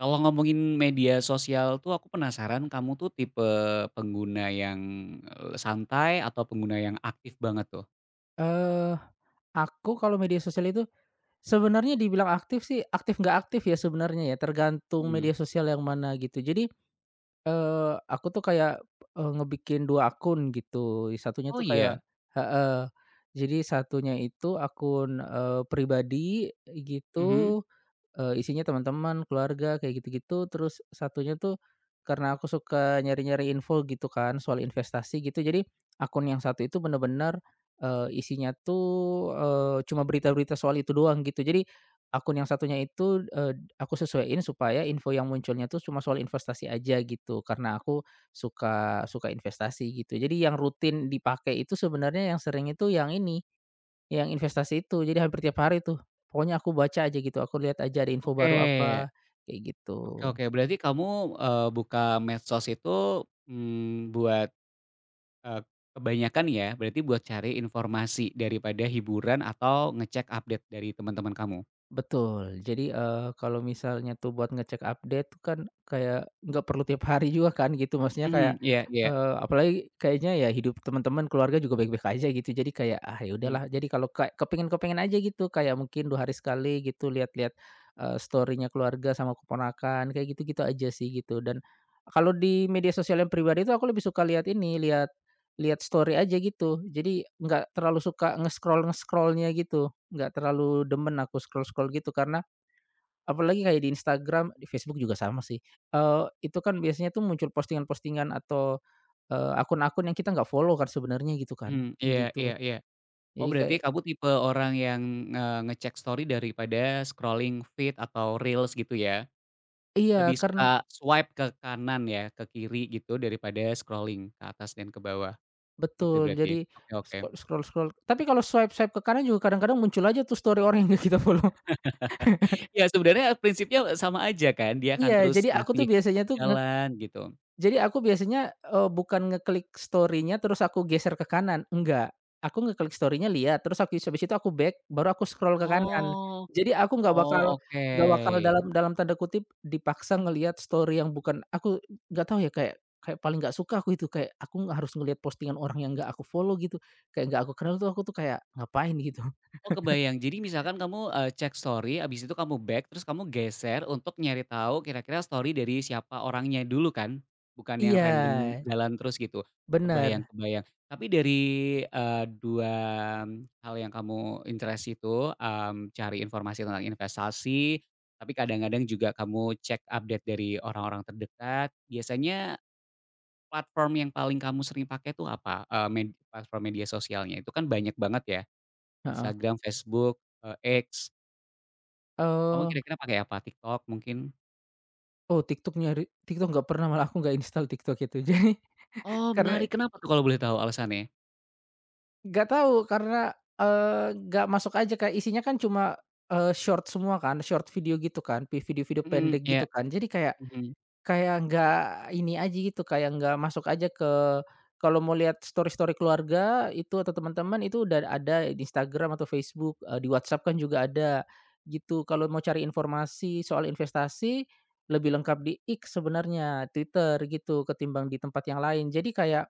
Kalau ngomongin media sosial tuh aku penasaran kamu tuh tipe pengguna yang, santai atau pengguna yang aktif banget tuh? eh aku kalau media sosial itu sebenarnya dibilang aktif sih, aktif nggak aktif ya sebenarnya ya, tergantung Mhm. media sosial yang mana gitu. Jadi, aku tuh kayak, ngebikin 2 akun gitu, satunya Oh tuh iya? kayak heeh, jadi satunya itu akun, pribadi Mhm. gitu, isinya teman-teman, keluarga, kayak gitu-gitu, terus satunya tuh karena aku suka nyari-nyari info gitu kan soal investasi gitu, jadi akun yang satu itu bener-bener, isinya tuh, cuma berita-berita soal itu doang gitu. Jadi akun yang satunya itu, aku sesuaiin supaya info yang munculnya tuh cuma soal investasi aja gitu, karena aku suka suka investasi gitu. Jadi yang rutin dipakai itu sebenarnya yang sering itu yang ini, yang investasi itu. Jadi hampir tiap hari tuh, pokoknya aku baca aja gitu, aku lihat aja ada info Oke, baru apa, kayak oke, gitu. oke, berarti kamu, buka medsos itu, mmm, buat, eee, kebanyakan ya berarti buat cari informasi daripada hiburan atau ngecek update dari teman-teman kamu? Betul. Jadi, kalau misalnya tuh buat ngecek update tuh kan kayak nggak perlu tiap hari juga kan gitu, maksudnya Mhm, kayak, iya, iya, apalagi kayaknya ya hidup teman-teman, keluarga juga baik-baik aja gitu. Jadi kayak, ah, ya mhm, udahlah. Jadi kalau kayak kepingin kepingin aja gitu, kayak mungkin 2 hari sekali gitu lihat-lihat, story-nya keluarga sama keponakan, kayak gitu-gitu aja sih gitu. Dan kalau di media sosial yang pribadi itu aku lebih suka lihat ini, lihat lihat story aja gitu. Jadi nggak terlalu suka nge scroll gitu. Nggak terlalu demen aku scroll-scroll gitu karena apalagi kayak di Instagram, di Facebook juga sama sih, itu kan biasanya tuh muncul postingan-postingan atau, akun-akun yang kita nggak follow kan sebenarnya gitu kan, mhm, iya, iya, gitu. iya. Oh Jadi berarti kayak kamu tipe orang yang, ngecek story daripada scrolling feed atau reels gitu ya? iya Lebih kan suka swipe ke kanan ya, ke kiri gitu daripada scrolling ke atas dan ke bawah gitu betul, berarti? jadi Oke, oke. scroll scroll-scroll tapi kalau swipe-swipe ke kanan juga kadang-kadang muncul aja tuh story orang yang nggak kita follow. Ya sebenarnya prinsipnya sama aja kan, dia akan Iya, terus jadi aku ngasih tuh biasanya tuh jalan gitu. Jadi aku biasanya, bukan ngeklik story-nya terus aku geser ke kanan, enggak. Aku ngeklik story-nya lihat, terus aku habis itu aku back, baru aku scroll ke kanan. Oh, Jadi aku nggak bakal oh nggak bakal oke. dalam dalam tanda kutip dipaksa ngelihat story yang bukan aku nggak tahu ya kayak kayak paling nggak suka aku itu, kayak aku nggak harus ngelihat postingan orang yang nggak aku follow gitu, kayak nggak aku kenal tuh aku tuh kayak ngapain gitu. Oh kebayang. Jadi misalkan kamu, cek story abis itu kamu back terus kamu geser untuk nyari tahu kira-kira story dari siapa orangnya dulu kan? Bukan yang Iya, random jalan terus gitu. Kebayang, bener, kebayang. Tapi dari, 2 hal yang kamu interest itu, cari informasi tentang investasi, tapi kadang-kadang juga kamu cek update dari orang-orang terdekat. Biasanya platform yang paling kamu sering pakai tuh apa? Eee, platform media sosialnya itu kan banyak banget ya? heeh. Instagram, Facebook, eee, X, kamu Eee, kira-kira pakai apa? TikTok mungkin? oh TikTok-nya, TikTok nggak pernah, malah aku nggak install TikTok itu. Jadi Oh karena menarik, kenapa tuh kalau boleh tahu alasannya? nggak tahu karena, nggak masuk aja Kak, isinya kan cuma, short semua kan, short video gitu kan, video-video Mhm, pendek iya, gitu kan. Jadi kayak, mhm, kayak nggak ini aja gitu, kayak nggak masuk aja ke kalau mau lihat story-story keluarga itu atau teman-teman itu udah ada di Instagram atau Facebook, di WhatsApp kan juga ada, gitu. Kalau mau cari informasi soal investasi, lebih lengkap di X sebenarnya, Twitter gitu, ketimbang di tempat yang lain. Jadi kayak,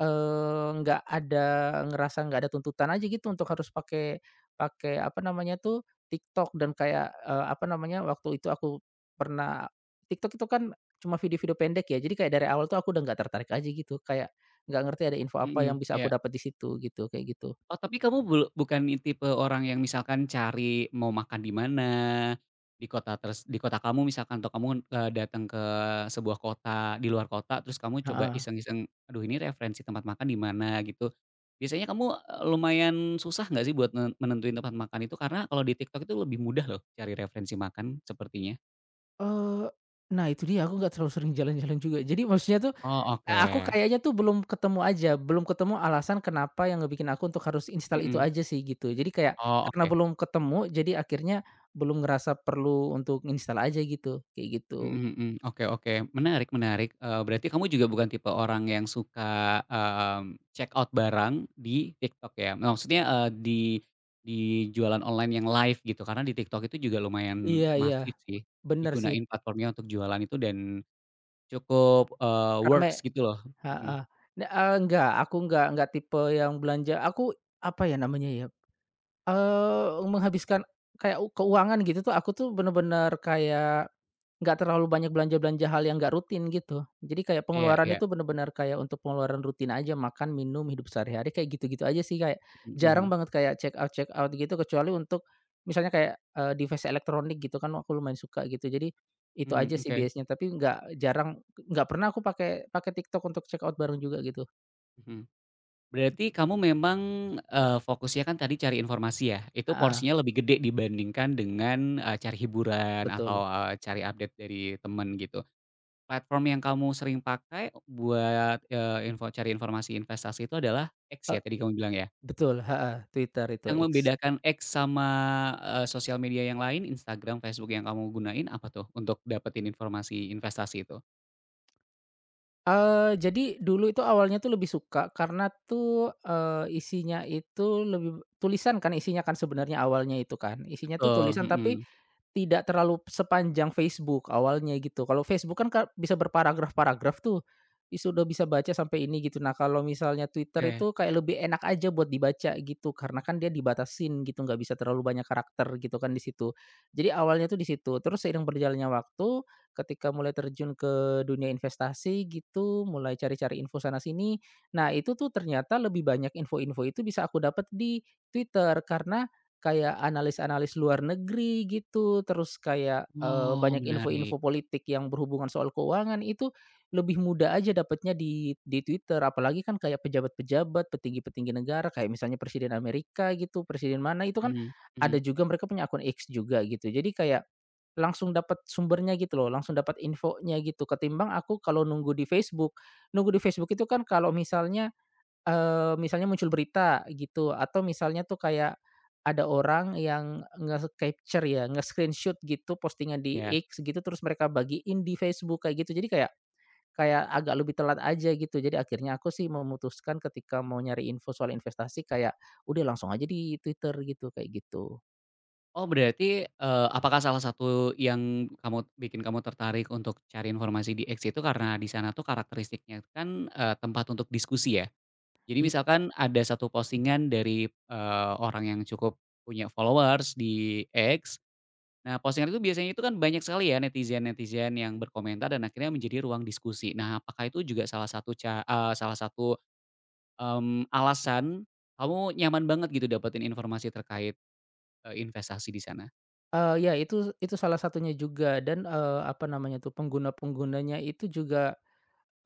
nggak ada ngerasa nggak ada tuntutan aja gitu untuk harus pakai pakai apa namanya tuh, TikTok dan kayak, apa namanya, waktu itu aku pernah TikTok itu kan cuma video-video pendek ya, jadi kayak dari awal tuh aku udah nggak tertarik aja gitu, kayak nggak ngerti ada info apa yang mhm, bisa aku iya. dapat di situ gitu, kayak gitu. Oh tapi kamu bukan tipe orang yang misalkan cari mau makan di mana, di kota di kota kamu misalkan atau kamu, datang ke sebuah kota di luar kota terus kamu coba Heeh. iseng-iseng, "Aduh ini referensi tempat makan di mana?" Gitu. Biasanya kamu, lumayan susah nggak sih buat menentuin tempat makan itu? Karena kalau di TikTok itu lebih mudah loh cari referensi makan sepertinya. Eee, nah itu dia aku nggak terlalu sering jalan-jalan juga. Jadi maksudnya tuh, Oh, oke. aku kayaknya tuh belum ketemu aja, belum ketemu alasan kenapa yang ngebikin aku untuk harus install itu Mhm. aja sih gitu. Jadi kayak Oh, karena oke. belum ketemu, jadi akhirnya belum ngerasa perlu untuk install aja gitu, kayak gitu. Mhm, mhm. Oke, oke. Menarik, menarik, berarti kamu juga bukan tipe orang yang suka, check out barang di TikTok ya? Maksudnya, di di jualan online yang live gitu, karena di TikTok itu juga lumayan Iya iya, masif sih, bener sih, digunain platformnya untuk jualan itu dan cukup, rame. works gitu loh. Mhm. Heeh. Enggak, aku enggak tipe yang belanja aku, apa ya namanya ya, menghabiskan kayak keuangan gitu tuh, aku tuh bener-bener kayak nggak terlalu banyak belanja-belanja hal yang nggak rutin gitu. Jadi kayak Iya, pengeluaran iya. itu bener-bener kayak untuk pengeluaran rutin aja, makan, minum, hidup sehari-hari kayak gitu-gitu aja sih, kayak jarang Mhm. banget kayak check out-check out gitu kecuali untuk misalnya kayak, device elektronik gitu kan aku lumayan suka gitu. Jadi itu Mhm, aja sih oke. biasanya, tapi nggak jarang nggak pernah aku pakai pakai TikTok untuk check out bareng juga gitu. Mhm. Berarti kamu memang, fokusnya kan tadi cari informasi ya, itu ah porsinya lebih gede dibandingkan dengan, cari hiburan atau, Betul. Cari update dari temen gitu. Platform yang kamu sering pakai buat, info cari informasi investasi itu adalah X E ya tadi kamu bilang ya? Betul, heeh, Twitter itu, Yang X. membedakan X sama, sosial media yang lain, Instagram, Facebook yang kamu gunain apa tuh untuk dapetin informasi investasi itu? Jadi dulu itu awalnya tuh lebih suka karena tuh, isinya itu lebih tulisan kan isinya kan sebenarnya awalnya itu kan, isinya tuh Betul, tulisan tapi mhm. tidak terlalu sepanjang Facebook awalnya gitu. Kalau Facebook kan bisa berparagraf-paragraf tuh, udah bisa baca sampai ini gitu. Nah kalau misalnya Twitter Oke. itu kayak lebih enak aja buat dibaca gitu, karena kan dia dibatasin gitu, nggak bisa terlalu banyak karakter gitu kan di situ. Jadi awalnya tuh di situ, terus seiring berjalannya waktu, ketika mulai terjun ke dunia investasi gitu, mulai cari-cari info sana sini. Nah itu tuh ternyata lebih banyak info-info itu bisa aku dapat di Twitter, karena kayak analis-analis luar negeri gitu, terus kayak, Oh banyak menarik. info-info politik yang berhubungan soal keuangan itu lebih mudah aja dapatnya di Twitter. Apalagi kan kayak pejabat-pejabat, petinggi-petinggi negara kayak misalnya presiden Amerika gitu, presiden mana itu kan Mhm, ada mhm, juga mereka punya akun X juga gitu. Jadi kayak langsung dapat sumbernya gitu loh, langsung dapat infonya gitu ketimbang aku kalau nunggu di Facebook. Nunggu di Facebook itu kan kalau misalnya misalnya muncul berita gitu atau misalnya tuh kayak ada orang yang nge-capture ya, nge-screenshot gitu postingan di iya. X gitu terus mereka bagiin di Facebook kayak gitu. Jadi kayak kayak agak lebih telat aja gitu. Jadi akhirnya aku sih memutuskan ketika mau nyari info soal investasi kayak udah langsung aja di Twitter gitu, kayak gitu. Oh berarti, apakah salah satu yang kamu bikin kamu tertarik untuk cari informasi di X itu karena di sana tuh karakteristiknya kan, tempat untuk diskusi ya. Jadi Iya, misalkan ada satu postingan dari, orang yang cukup punya followers di X. Nah postingan itu biasanya itu kan banyak sekali ya netizen-netizen yang berkomentar dan akhirnya menjadi ruang diskusi. Nah apakah itu juga salah satu salah satu, alasan kamu nyaman banget gitu dapetin informasi terkait, investasi di sana? Ya itu salah satunya juga dan, apa namanya tuh, pengguna-penggunanya itu juga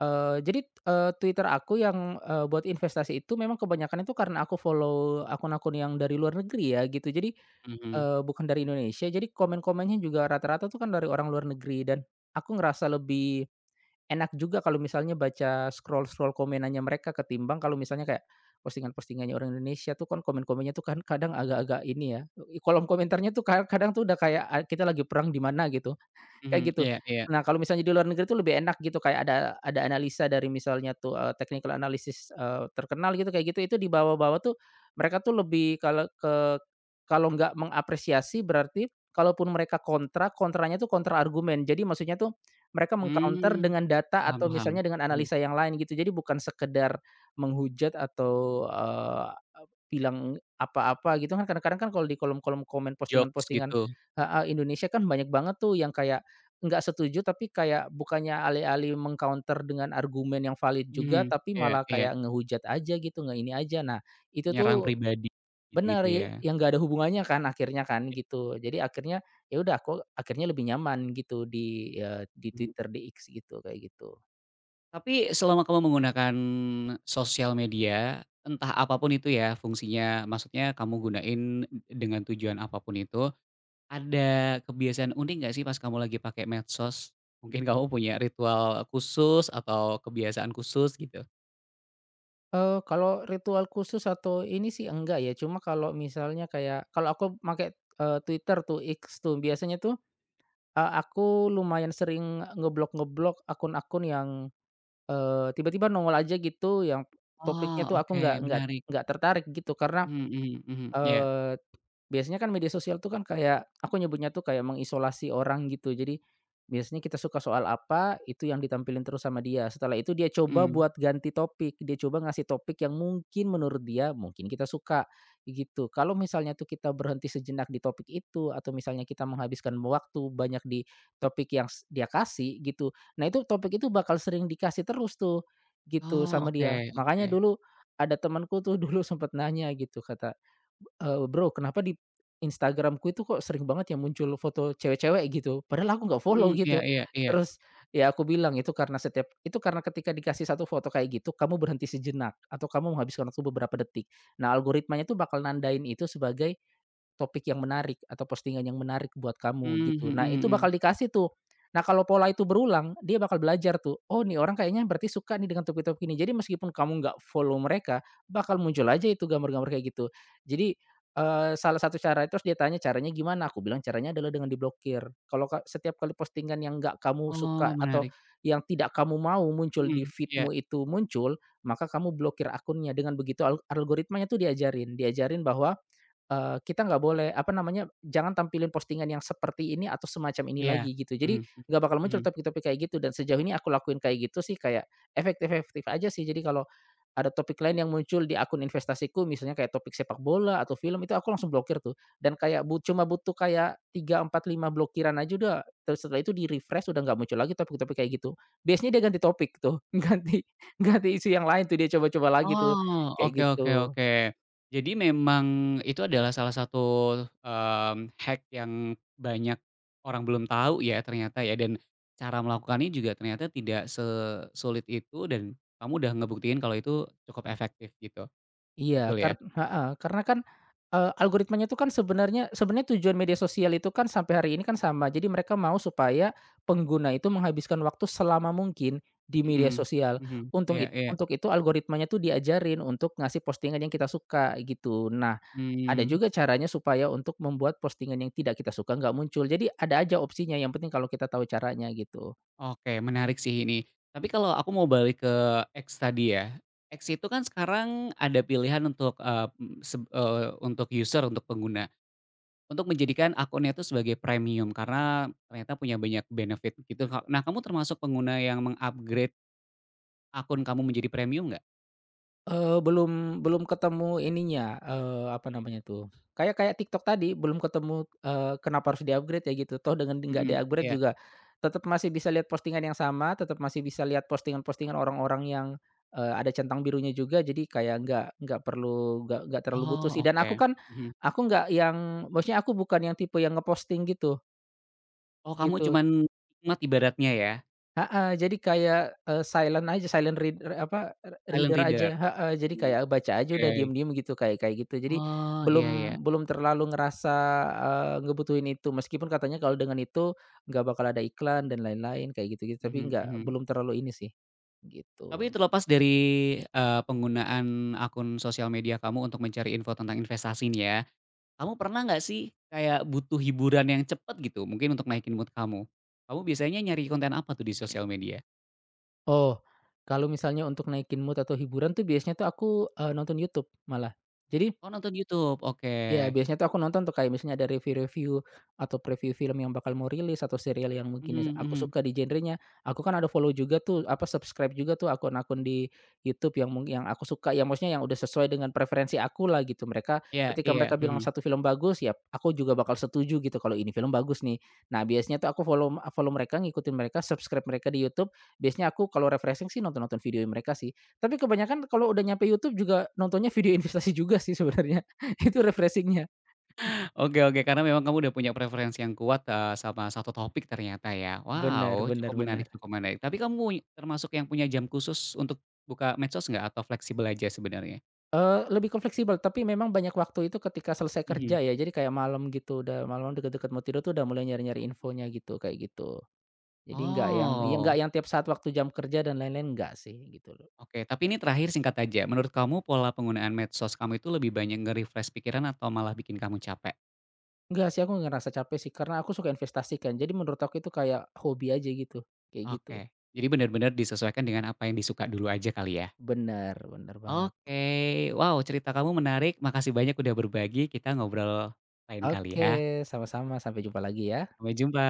Jadi, Twitter aku yang, buat investasi itu memang kebanyakan itu karena aku follow akun-akun yang dari luar negeri ya gitu. Jadi, Mhm. Bukan dari Indonesia, jadi komen-komennya juga rata-rata tuh kan dari orang luar negeri dan aku ngerasa lebih enak juga kalau misalnya baca scroll-scroll komenannya mereka ketimbang kalau misalnya kayak postingan-postingannya orang Indonesia tuh kan komen-komennya tuh kan kadang agak-agak ini ya, kolom komentarnya tuh kadang tuh udah kayak kita lagi perang di mana gitu. Kayak Mhm, gitu. iya, iya. Nah, kalau misalnya di luar negeri itu lebih enak gitu, kayak ada analisa dari misalnya tuh, technical analysis, terkenal gitu, kayak gitu, itu dibawa-bawa tuh mereka tuh lebih kalau ke kalau nggak mengapresiasi berarti kalaupun mereka kontra, kontranya tuh kontra argumen. Jadi maksudnya tuh mereka meng-counter Mmm, dengan data paham, atau paham. misalnya dengan Mhm, analisa yang lain gitu. Jadi bukan sekedar menghujat atau, bilang apa-apa gitu kan kadang-kadang kan kalau di kolom-kolom komen jokes postingan-postingan gitu. heeh, Indonesia kan banyak banget tuh yang kayak nggak setuju tapi kayak bukannya alih-alih meng-counter dengan argumen yang valid juga, Mhm, tapi iya, malah iya, kayak ngehujat aja gitu, ini aja. Nah, itu nyerang tuh pribadi bener, gitu-gitu ya. yang nggak ada hubungannya kan akhirnya kan Iya, gitu. Jadi akhirnya ya udah aku akhirnya lebih nyaman gitu di, di mhm. Twitter, di X gitu, kayak gitu. Tapi selama kamu menggunakan sosial media, entah apa pun itu ya fungsinya, maksudnya kamu gunain dengan tujuan apa pun itu, ada kebiasaan unik nggak sih pas kamu lagi pakai medsos? Mungkin kamu punya ritual khusus atau kebiasaan khusus gitu? Kalau ritual khusus atau ini sih enggak ya, cuma kalau misalnya kayak kalau aku make, Twitter tuh, X tuh, biasanya tuh, aku lumayan sering ngeblok-ngeblok akun-akun yang, tiba-tiba nongol aja gitu, yang topiknya Oh, tuh aku oke, nggak nggak menarik. nggak tertarik gitu. Karena Mhm, mhm, mhm, iya, Eee, biasanya kan media sosial tuh kan kayak aku nyebutnya tuh kayak mengisolasi orang gitu. Jadi biasanya kita suka soal apa, itu yang ditampilin terus sama dia. Setelah itu dia coba mhm. buat ganti topik, dia coba ngasih topik yang mungkin menurut dia, mungkin kita suka, gitu. Kalau misalnya tuh kita berhenti sejenak di topik itu atau misalnya kita menghabiskan waktu banyak di topik yang dia kasih gitu, nah itu topik itu bakal sering dikasih terus tuh, gitu Oh, sama dia. oke, oke. Makanya dulu ada temanku tuh dulu sempet nanya gitu, kata "Bro, kenapa di Instagramku itu kok sering banget yang muncul foto cewek-cewek?" gitu. Padahal aku nggak follow Mhm. Iya, gitu. iya, iya. Terus ya aku bilang, "Itu karena setiap itu karena ketika dikasih satu foto kayak gitu, kamu berhenti sejenak atau kamu menghabiskan waktu beberapa detik. Nah, algoritmanya tuh bakal nandain itu sebagai topik yang menarik atau postingan yang menarik buat kamu Mmm, gitu. Nah mhm, itu mhm. bakal dikasih tuh. Nah kalau pola itu berulang, dia bakal belajar tuh, "Oh nih orang kayaknya berarti suka nih dengan topik-topik ini." Jadi meskipun kamu nggak follow mereka, bakal muncul aja itu gambar-gambar kayak gitu. Jadi, salah satu cara itu terus dia tanya, "Caranya gimana?" Aku bilang, "Caranya adalah dengan diblokir." Kalau setiap kali postingan yang nggak kamu suka Oh, atau menarik. yang tidak kamu mau muncul di Mhm. Iya, feedmu itu muncul, maka kamu blokir akunnya. Dengan begitu algoritmanya tuh diajarin. Diajarin bahwa kita nggak boleh, apa namanya, jangan tampilin postingan yang seperti ini atau semacam ini iya. lagi gitu. Mhm, Jadi mhm, nggak bakal muncul mhm. topik-topik kayak gitu dan sejauh ini aku lakuin kayak gitu sih kayak efektif-efektif aja sih. Jadi kalau ada topik lain yang muncul di akun investasiku misalnya kayak topik sepak bola atau film itu aku langsung blokir tuh dan kayak cuma butuh kayak 3 4 5 blokiran aja udah terus setelah itu di-refresh udah nggak muncul lagi topik-topik kayak gitu. Biasanya dia ganti topik tuh, ganti ganti isu yang lain tuh dia coba-coba lagi tuh, Oh, kayak oke, oke, gitu. oke. Jadi memang itu adalah salah satu, hack yang banyak orang belum tahu ya ternyata ya, dan cara melakukannya juga ternyata tidak sesulit itu dan kamu udah ngebuktiin kalau itu cukup efektif gitu, Iya, betul ya? Heeh, karena kan, algoritmanya itu kan sebenarnya sebenarnya tujuan media sosial itu kan sampai hari ini kan sama. Jadi mereka mau supaya pengguna itu menghabiskan waktu selama mungkin di Mhm, media sosial. mhm. Untung Iya, it iya. Untuk itu algoritmanya tuh diajarin untuk ngasih postingan yang kita suka gitu. Nah, ada Mmm. juga caranya supaya untuk membuat postingan yang tidak kita suka nggak muncul. Jadi ada aja opsinya yang penting kalau kita tahu caranya gitu. Oke, menarik sih ini. Tapi kalau aku mau balik ke X tadi ya. X itu kan sekarang ada pilihan untuk, eee, m seb eee, untuk user, untuk pengguna, untuk menjadikan akunnya itu sebagai premium karena ternyata punya banyak benefit gitu ka nah kamu termasuk pengguna yang mengupgrade akun kamu menjadi premium nggak? Eee, belum belum ketemu ininya, apa namanya tuh, kayak kayak TikTok tadi belum ketemu, kenapa harus di-upgrade ya gitu, toh dengan nggak Mhm, di-upgrade iya. juga tetap masih bisa lihat postingan yang sama, tetap masih bisa lihat postingan-postingan orang-orang yang, ada centang birunya juga, jadi kayak nggak perlu nggak terlalu butuh Oh sih dan aku oke, kan, mhm. aku nggak yang maksudnya aku bukan yang tipe yang ngeposting gitu Oh kamu gitu. cuman nikmat ibaratnya ya, Heeh, jadi kayak, silent aja, silent silent reader aja reader? heeh, jadi Mmm, kayak baca aja udah oke. diem-diem gitu, kayak kayak gitu. Jadi Oh, iya, iya. belum belum terlalu ngerasa, ngebutuhin itu, meskipun katanya kalau dengan itu nggak bakal ada iklan dan lain-lain kayak gitu-gitu, tapi Mhm, nggak mhm. belum terlalu ini sih, Tapi gitu. terlepas dari, penggunaan akun sosial media kamu untuk mencari info tentang investasi nih ya, kamu pernah nggak sih kayak butuh hiburan yang cepet gitu mungkin untuk naikin mood kamu? Kamu biasanya nyari konten apa tuh di sosial media? Oh, kalau misalnya untuk naikin mood atau hiburan tuh biasanya tuh aku, nonton YouTube malah. Jadi Oh nonton YouTube, oke. iya, biasanya tuh aku nonton tuh kayak misalnya ada review-review atau preview film yang bakal mau rilis atau serial yang mungkin Mhm, aku mhm. suka di genrenya. Aku kan ada follow juga tuh, apa, subscribe juga tuh akun-akun di YouTube yang aku suka, yang maksudnya yang udah sesuai dengan preferensi aku lah gitu. Mereka Iya, ketika iya, mereka bilang mhm. satu film bagus, ya aku juga bakal setuju gitu kalau ini film bagus nih. Nah, biasanya tuh aku follow follow mereka, ngikutin mereka, subscribe mereka di YouTube. Biasanya aku kalau refreshing sih nonton-nonton video mereka sih. Tapi kebanyakan kalau udah nyampe YouTube juga nontonnya video investasi juga sih sebenarnya. Itu refreshing-nya. Oke, oke, karena memang kamu udah punya preferensi yang kuat, sama satu topik ternyata ya. Benar Wow, benar cukup benar. menarik, cukup menarik. Tapi kamu termasuk yang punya jam khusus untuk buka medsos nggak atau fleksibel aja sebenarnya? Lebih ke fleksibel, tapi memang banyak waktu itu ketika selesai Mhm. kerja ya, jadi kayak malam gitu, udah malam-malam deket-deket mau tidur tuh udah mulai nyari-nyari infonya gitu, kayak gitu. Jadi nggak yang ya nggak Oh. yang tiap saat waktu jam kerja dan lain-lain, nggak sih, gitu loh. Oke, tapi ini terakhir singkat aja. Menurut kamu pola penggunaan medsos kamu itu lebih banyak nge-refresh pikiran atau malah bikin kamu capek? Nggak sih, aku nggak ngerasa capek sih, karena aku suka investasi kan, jadi menurut aku itu kayak hobi aja gitu, kayak gitu. Oke, jadi benar-benar disesuaikan dengan apa yang disuka dulu aja kali ya? Benar benar banget. Oke, wow cerita kamu menarik, makasih banyak udah berbagi, kita ngobrol lain kali ya. Oke, sama-sama, sampai jumpa lagi ya. Sampai jumpa.